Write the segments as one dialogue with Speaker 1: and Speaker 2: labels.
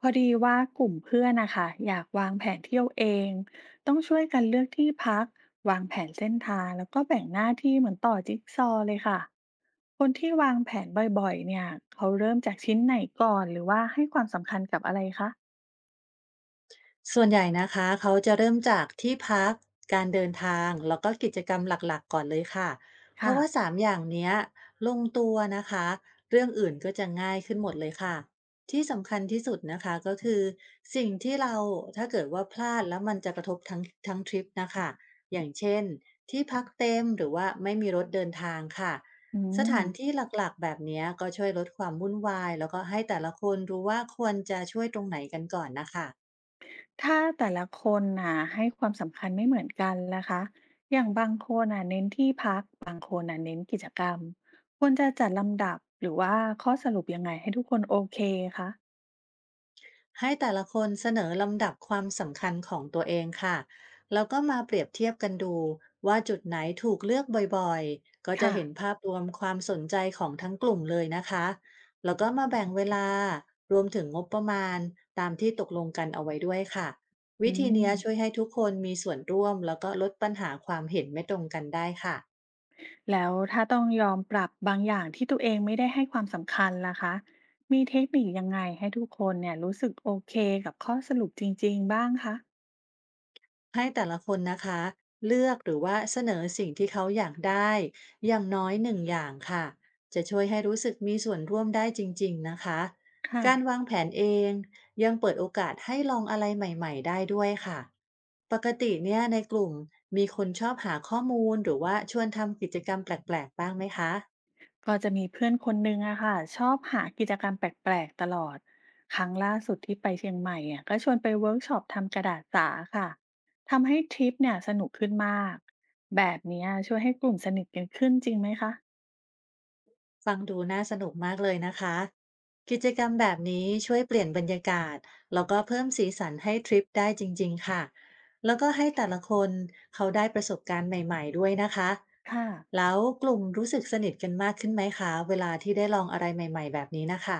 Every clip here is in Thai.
Speaker 1: พอดีว่ากลุ่มเพื่อนนะคะอยากวางแผนเที่ยวเองต้องช่วยกันเลือกที่พักวางแผนเส้นทางแล้วก็แบ่งหน้าที่เหมือนต่อจิ๊กซอว์เลยค่ะคนที่วางแผนบ่อยๆเนี่ยเขาเริ่มจากชิ้นไหนก่อนหรือว่าให้ความสำคัญกับอะไรคะ
Speaker 2: ส่วนใหญ่นะคะเขาจะเริ่มจากที่พักการเดินทางแล้วก็กิจกรรมหลักๆก่อนเลยค่ะเพราะ
Speaker 1: ค่ะ
Speaker 2: ว่า3อย่างเนี้ยลงตัวนะคะเรื่องอื่นก็จะง่ายขึ้นหมดเลยค่ะที่สำคัญที่สุดนะคะก็คือสิ่งที่เราถ้าเกิดว่าพลาดแล้วมันจะกระทบทั้งทริปนะคะอย่างเช่นที่พักเต็มหรือว่าไม่มีรถเดินทางค่ะ
Speaker 1: อื
Speaker 2: สถา
Speaker 1: ม
Speaker 2: นที่หลักๆแบบเนี้ยก็ช่วยลดความวุ่นวายแล้วก็ให้แต่ละคนรู้ว่าควรจะช่วยตรงไหนกันก่อนนะคะ
Speaker 1: ถ้าแต่ละคนน่ะให้ความสำคัญไม่เหมือนกันนะคะอย่างบางคนน่ะเน้นที่พักบางคนน่ะเน้นกิจกรรมควรจะจัดลำดับหรือว่าข้อสรุปยังไงให้ทุกคนโอเคคะ
Speaker 2: ให้แต่ละคนเสนอลำดับความสำคัญของตัวเองค่ะ แล้วก็มาเปรียบเทียบกันดูว่าจุดไหนถูกเลือกบ่อยๆ ก็จะ
Speaker 1: ค่ะ
Speaker 2: เห็นภาพรวมความสนใจของทั้งกลุ่มเลยนะคะ แล้วก็มาแบ่งเวลารวมถึงงบประมาณตามที่ตกลงกันเอาไว้ด้วยค่ะ
Speaker 1: อื
Speaker 2: วิธี
Speaker 1: ม
Speaker 2: เนี้ยช่วยให้ทุกคนมีส่วนร่วมแล้วก็ลดปัญหาความเห็นไม่ตรงกันได้ค่ะ
Speaker 1: แล้วถ้าต้องยอมปรับบางอย่างที่ตัวเองไม่ได้ให้ความสำคัญล่ะคะมีเทคนิคยังไงให้ทุกคนเนี่ยรู้สึกโอเคกับข้อสรุปจริงๆบ้างคะ
Speaker 2: ให้แต่ละคนนะคะเลือกหรือว่าเสนอสิ่งที่เขาอยากได้อย่างน้อยหนึ่งอย่างค่ะจะช่วยให้รู้สึกมีส่วนร่วมได้จริงๆนะคะ
Speaker 1: ค่ะ
Speaker 2: การวางแผนเองยังเปิดโอกาสให้ลองอะไรใหม่ๆได้ด้วยค่ะปกติเนี่ยในกลุ่มมีคนชอบหาข้อมูลหรือว่าชวนทำกิจกรรมแปลกๆบ้างไหมคะ
Speaker 1: ก็จะมีเพื่อนคนนึงอะค่ะชอบหากิจกรรมแปลกๆตลอดครั้งล่าสุดที่ไปเชียงใหม่อะก็ชวนไปเวิร์กช็อปทำกระดาษสาค่ะทำให้ทริปเนี่ยสนุกขึ้นมากแบบเนี้ยช่วยให้กลุ่มสนิทกันขึ้นจริงไหมคะ
Speaker 2: ฟังดูน่าสนุกมากเลยนะคะกิจกรรมแบบนี้ช่วยเปลี่ยนบรรยากาศแล้วก็เพิ่มสีสันให้ทริปได้จริงๆค่ะ แล้วก็ให้แต่ละคนเขาได้ประสบการณ์ใหม่ๆด้วยนะคะ
Speaker 1: ค่ะ
Speaker 2: แล้วกลุ่มรู้สึกสนิทกันมากขึ้นไหมคะเวลาที่ได้ลองอะไรใหม่ๆแบบนี้นะคะ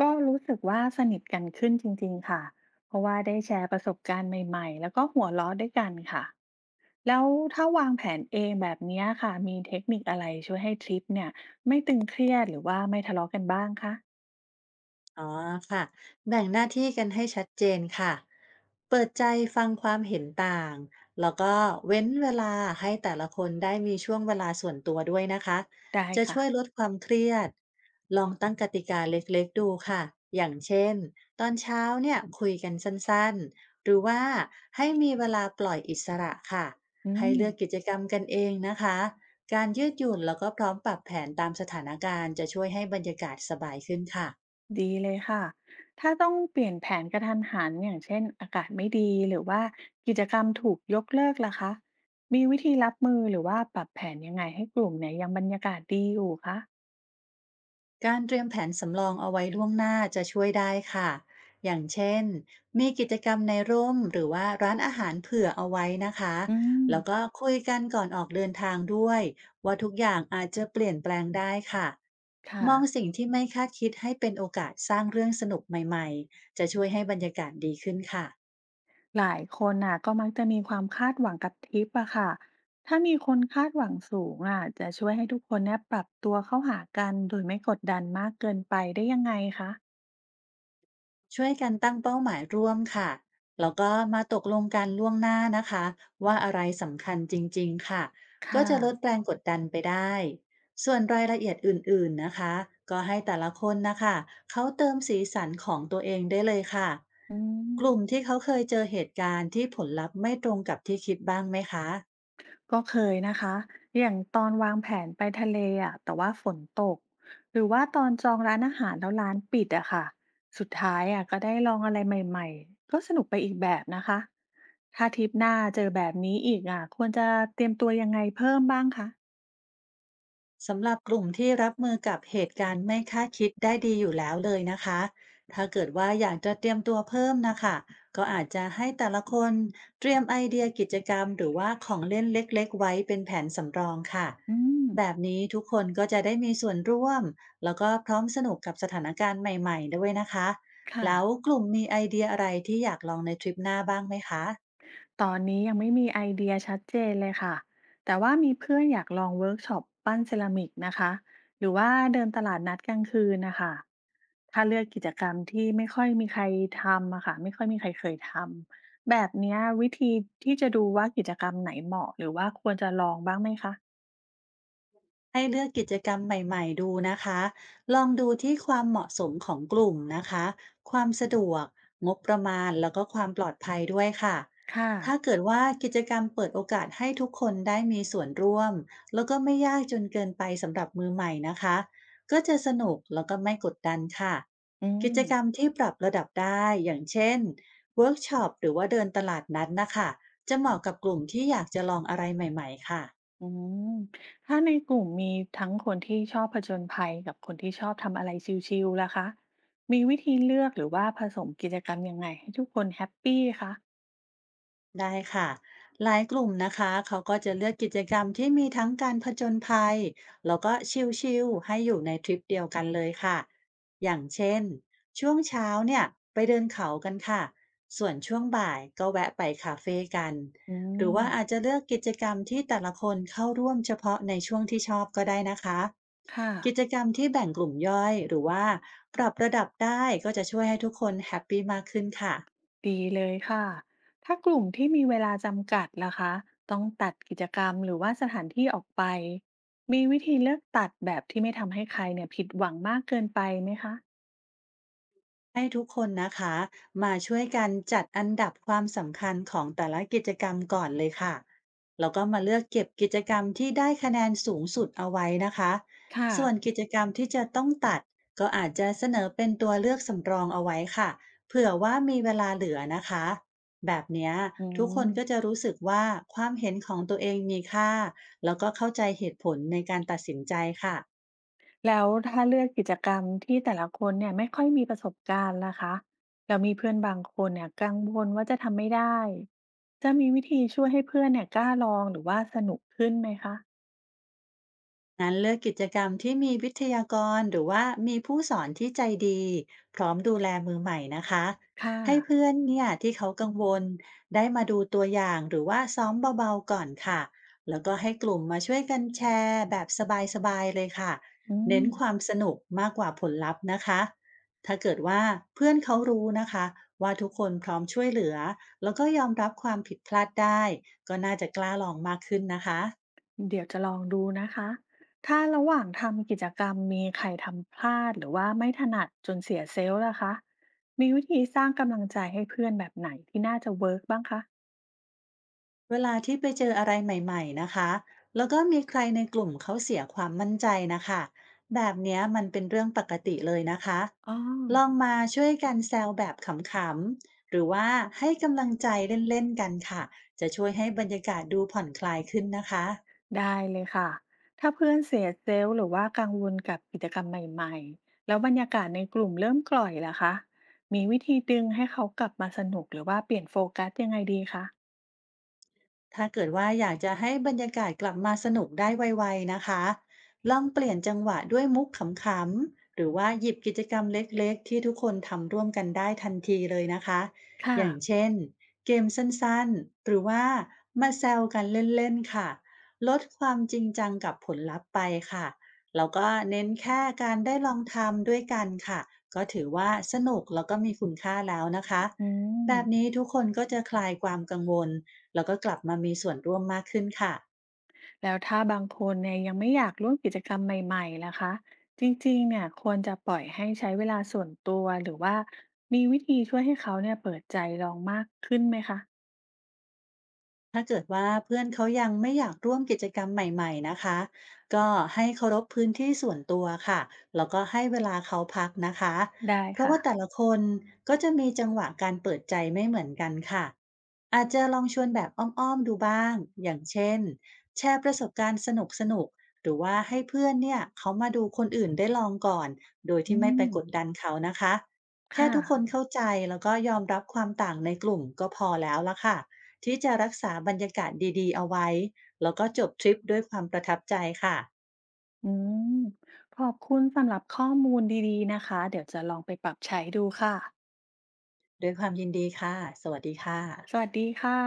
Speaker 1: ก็รู้สึกว่าสนิทกันขึ้นจริงๆค่ะ เพราะว่าได้แชร์ประสบการณ์ใหม่ๆแล้วก็หัวเราะด้วยกันค่ะ แล้วถ้าวางแผนเองแบบเนี้ยค่ะ มีเทคนิคอะไรช่วยให้ทริปเนี่ยไม่ตึงเครียดหรือว่าไม่ทะเลาะกันบ้างคะ
Speaker 2: อ๋อค่ะแบ่งหน้าที่กันให้ชัดเจนค่ะเปิดใจฟังความเห็นต่าง แล้วก็เว้นเวลาให้แต่ละคนได้มีช่วงเวลาส่วนตัวด้วยนะคะ
Speaker 1: ได้
Speaker 2: จะ
Speaker 1: ค่ะ
Speaker 2: ช่วยลดความเครียด ลองตั้งกติกาเล็กๆดูค่ะอย่างเช่น ตอนเช้าเนี่ยคุยกันสั้นๆ หรือว่าให้มีเวลาปล่อยอิสระค่ะ
Speaker 1: อื
Speaker 2: ให้
Speaker 1: ม
Speaker 2: เลือกกิจกรรมกันเองนะคะการยืดหยุ่นแล้วก็พร้อมปรับแผนตามสถานการณ์จะช่วยให้บรรยากาศสบายขึ้นค่ะ
Speaker 1: ดีเลยค่ะ ถ้าต้องเปลี่ยนแผนกระทันหันอย่างเช่นอากาศไม่ดีหรือว่ากิจกรรมถูกยกเลิกล่ะคะมีวิธีรับมือหรือว่าปรับแผนยังไงให้กลุ่มเนี่ยยังบรรยากาศดีอยู่คะ
Speaker 2: การเตรียมแผนสำรองเอาไว้ล่วงหน้าจะช่วยได้ค่ะ อย่างเช่นมีกิจกรรมในร่มหรือว่าร้านอาหารเผื่อเอาไว้นะคะ
Speaker 1: อืม
Speaker 2: แล้วก็คุยกันก่อนออกเดินทางด้วยว่าทุกอย่างอาจจะเปลี่ยนแปลงได้ค่ะ
Speaker 1: ค่ะ
Speaker 2: มองสิ่งที่ไม่คาดคิดให้เป็นโอกาสสร้างเรื่องสนุกใหม่ๆจะช่วยให้บรรยากาศดีขึ้นค่ะ
Speaker 1: หลายคนน่ะก็มักจะมีความคาดหวังกับทริปอะค่ะถ้ามีคนคาดหวังสูงอะจะช่วยให้ทุกคนเนี่ยปรับตัวเข้าหากันโดยไม่กดดันมากเกินไปได้ยังไงคะ
Speaker 2: ช่วยกันตั้งเป้าหมายร่วมค่ะ แล้วก็มาตกลงกันล่วงหน้านะคะว่าอะไรสำคัญจริงๆค่ะ ก็
Speaker 1: ค่ะ
Speaker 2: จะลดแรงกดดันไปได้ ส่วนรายละเอียดอื่นๆนะคะก็ให้แต่ละคนนะคะเขาเติมสีสันของตัวเองได้เลยค่ะ
Speaker 1: อืม
Speaker 2: กลุ่มที่เขาเคยเจอเหตุการณ์ที่ผลลัพธ์ไม่ตรงกับที่คิดบ้างไหมคะ
Speaker 1: ก็เคยนะคะอย่างตอนวางแผนไปทะเลอะแต่ว่าฝนตก หรือว่าตอนจองร้านอาหารแล้วร้านปิดอะค่ะสุดท้ายอะก็ได้ลองอะไรใหม่ๆก็สนุกไปอีกแบบนะคะ ถ้าทริปหน้าเจอแบบนี้อีกอะควรจะเตรียมตัวยังไงเพิ่มบ้างคะ
Speaker 2: สำหรับกลุ่มที่รับมือกับเหตุการณ์ไม่คาดคิดได้ดีอยู่แล้วเลยนะคะถ้าเกิดว่าอยากจะเตรียมตัวเพิ่มนะคะก็อาจจะให้แต่ละคนเตรียมไอเดียกิจกรรมหรือว่าของเล่นเล็กๆไว้เป็นแผนสำรองค่ะ
Speaker 1: อืม
Speaker 2: แบบนี้ทุกคนก็จะได้มีส่วนร่วมแล้วก็พร้อมสนุกกับสถานการณ์ใหม่ๆด้วยนะคะ
Speaker 1: ค่ะ
Speaker 2: แล้วกลุ่มมีไอเดียอะไรที่อยากลองในทริปหน้าบ้างไหมคะ
Speaker 1: ตอนนี้ยังไม่มีไอเดียชัดเจนเลยค่ะ แต่ว่ามีเพื่อนอยากลองเวิร์กช็อปปั้นเซรามิกนะคะ หรือว่าเดินตลาดนัดกลางคืนนะคะ ถ้าเลือกกิจกรรมที่ไม่ค่อยมีใครทำอะค่ะไม่ค่อยมีใครเคยทำแบบเนี้ยวิธีที่จะดูว่ากิจกรรมไหนเหมาะหรือว่าควรจะลองบ้างไหมคะ
Speaker 2: ให้เลือกกิจกรรมใหม่ๆดูนะคะ ลองดูที่ความเหมาะสมของกลุ่มนะคะ ความสะดวกงบประมาณ แล้วก็ความปลอดภัยด้วยค่ะ
Speaker 1: ค่ะ
Speaker 2: ถ้าเกิดว่ากิจกรรมเปิดโอกาสให้ทุกคนได้มีส่วนร่วมแล้วก็ไม่ยากจนเกินไปสำหรับมือใหม่นะคะ ก็จะสนุกแล้วก็ไม่กดดันค่ะ
Speaker 1: อื
Speaker 2: กิ
Speaker 1: ม
Speaker 2: จกรรมที่ปรับระดับได้อย่างเช่นเวิร์กช็อปหรือว่าเดินตลาดนัดนะคะจะเหมาะกับกลุ่มที่อยากจะลองอะไรใหม่ๆค่ะ
Speaker 1: อืมถ้าในกลุ่มมีทั้งคนที่ชอบผจญภัยกับคนที่ชอบทำอะไรชิลๆล่ะคะมีวิธีเลือกหรือว่าผสมกิจกรรมยังไงให้ทุกคนแฮปปี้คะ
Speaker 2: ได้ค่ะหลายกลุ่มนะคะเขาก็จะเลือกกิจกรรมที่มีทั้งการผจญภัยแล้วก็ชิลๆให้อยู่ในทริปเดียวกันเลยค่ะอย่างเช่นช่วงเช้าเนี่ยไปเดินเขากันค่ะส่วนช่วงบ่ายก็แวะไปคาเฟ่กัน
Speaker 1: อื
Speaker 2: หรือว่าอาจ
Speaker 1: ม
Speaker 2: จะเลือกกิจกรรมที่แต่ละคนเข้าร่วมเฉพาะในช่วงที่ชอบก็ได้นะคะ
Speaker 1: ค่ะ
Speaker 2: กิจกรรมที่แบ่งกลุ่มย่อยหรือว่าปรับระดับได้ก็จะช่วยให้ทุกคนแฮปปี้มากขึ้นค่ะ
Speaker 1: ดีเลยค่ะ ถ้ากลุ่มที่มีเวลาจำกัดล่ะคะ ต้องตัดกิจกรรมหรือว่าสถานที่ออกไป มีวิธีเลือกตัดแบบที่ไม่ทำให้ใครเนี่ยผิดหวังมากเกินไปไหมคะ
Speaker 2: ให้ทุกคนนะคะมาช่วยกันจัดอันดับความสำคัญของแต่ละกิจกรรมก่อนเลยค่ะแล้วก็มาเลือกเก็บกิจกรรมที่ได้คะแนนสูงสุดเอาไว้นะคะ
Speaker 1: ค่ะ
Speaker 2: ส่วนกิจกรรมที่จะต้องตัดก็อาจจะเสนอเป็นตัวเลือกสำรองเอาไว้ค่ะเผื่อว่ามีเวลาเหลือนะคะแบบเนี้ย
Speaker 1: อื
Speaker 2: ทุกคนก็จะ
Speaker 1: ม
Speaker 2: รู้สึกว่าความเห็นของตัวเองมีค่าแล้วก็เข้าใจเหตุผลในการตัดสินใจค่ะ
Speaker 1: แล้วถ้าเลือกกิจกรรมที่แต่ละคนเนี่ยไม่ค่อยมีประสบการณ์ล่ะคะแล้วมีเพื่อนบางคนเนี่ยกังวลว่าจะทำไม่ได้จะมีวิธีช่วยให้เพื่อนเนี่ยกล้าลองหรือว่าสนุกขึ้นไหมคะ
Speaker 2: งั้นเลือกกิจกรรมที่มีวิทยากรหรือว่ามีผู้สอนที่ใจดีพร้อมดูแลมือใหม่นะคะ
Speaker 1: ค่ะ
Speaker 2: ให้เพื่อนเนี่ยที่เขากังวลได้มาดูตัวอย่างหรือว่าซ้อมเบาๆก่อนค่ะแล้วก็ให้กลุ่มมาช่วยกันแชร์แบบสบายๆเลยค่ะ
Speaker 1: อื
Speaker 2: เน้น
Speaker 1: ม
Speaker 2: ความสนุกมากกว่าผลลัพธ์นะคะถ้าเกิดว่าเพื่อนเขารู้นะคะว่าทุกคนพร้อมช่วยเหลือแล้วก็ยอมรับความผิดพลาดได้ก็น่าจะกล้าลองมากขึ้นนะคะ
Speaker 1: เดี๋ยวจะลองดูนะคะถ้าระหว่างทำกิจกรรมมีใครทำพลาดหรือว่าไม่ถนัดจนเสียเซลล์ล่ะคะมีวิธีสร้างกำลังใจให้เพื่อนแบบไหนที่น่าจะเวิร์กบ้างคะ
Speaker 2: เวลาที่ไปเจออะไรใหม่ๆนะคะ แล้วก็มีใครในกลุ่มเขาเสียความมั่นใจนะคะ แบบเนี้ยมันเป็นเรื่องปกติเลยนะคะ
Speaker 1: อ๋อ
Speaker 2: ลองมาช่วยกันแซวแบบขำๆ หรือว่าให้กำลังใจเล่นๆกันค่ะ จะช่วยให้บรรยากาศดูผ่อนคลายขึ้นนะคะ
Speaker 1: ได้เลยค่ะ ถ้าเพื่อนเสียเซลล์หรือว่ากังวลกับกิจกรรมใหม่ๆ แล้วบรรยากาศในกลุ่มเริ่มกล่อยล่ะคะมีวิธีดึงให้เขากลับมาสนุกหรือว่าเปลี่ยนโฟกัสยังไงดีคะ
Speaker 2: ถ้าเกิดว่าอยากจะให้บรรยากาศกลับมาสนุกได้ไวๆนะคะลองเปลี่ยนจังหวะด้วยมุกขำๆหรือว่าหยิบกิจกรรมเล็กๆที่ทุกคนทำร่วมกันได้ทันทีเลยนะคะ
Speaker 1: ค่ะ
Speaker 2: อย่างเช่นเกมสั้นๆ หรือว่ามาแซวกันเล่นๆค่ะลดความจริงจังกับผลลัพธ์ไปค่ะแล้วก็เน้นแค่การได้ลองทำด้วยกันค่ะก็ถือว่าสนุกแล้วก็มีคุณค่าแล้วนะคะ
Speaker 1: อื
Speaker 2: แบบ
Speaker 1: ม
Speaker 2: นี้ทุกคนก็จะคลายความกังวล แล้วก็กลับมามีส่วนร่วมมากขึ้นค่ะ
Speaker 1: แล้วถ้าบางคนเนี่ยยังไม่อยากร่วมกิจกรรมใหม่ๆล่ะคะจริงๆเนี่ยควรจะปล่อยให้ใช้เวลาส่วนตัวหรือว่ามีวิธีช่วยให้เขาเนี่ยเปิดใจลองมากขึ้นไหมคะ
Speaker 2: ถ้าเกิดว่าเพื่อนเขายังไม่อยากร่วมกิจกรรมใหม่ๆนะคะก็ให้เคารพพื้นที่ส่วนตัวค่ะแล้วก็ให้เวลาเขาพักนะคะ
Speaker 1: ได้
Speaker 2: เพราะ
Speaker 1: ค่ะ
Speaker 2: ว่าแต่ละคนก็จะมีจังหวะการเปิดใจไม่เหมือนกันค่ะอาจจะลองชวนแบบอ้อมๆดูบ้างอย่างเช่นแชร์ประสบการณ์สนุกๆหรือว่าให้เพื่อนเนี่ยเขามาดูคนอื่นได้ลองก่อนโดย
Speaker 1: อื
Speaker 2: ที่ไม่ไป
Speaker 1: ม
Speaker 2: กดดันเขานะคะแค่
Speaker 1: ค่ะ
Speaker 2: ทุกคนเข้าใจแล้วก็ยอมรับความต่างในกลุ่มก็พอแล้วละค่ะ ที่จะรักษาบรรยากาศดีๆเอาไว้แล้วก็จบทริปด้วยความประทับใจค่ะ
Speaker 1: อืมขอบคุณสำหรับข้อมูลดีๆนะคะ เดี๋ยวจะลองไปปรับใช้ดูค่ะ
Speaker 2: ด้วยความยินดีค่ะสวัสดีค่ะ
Speaker 1: สวัสดีค่ะ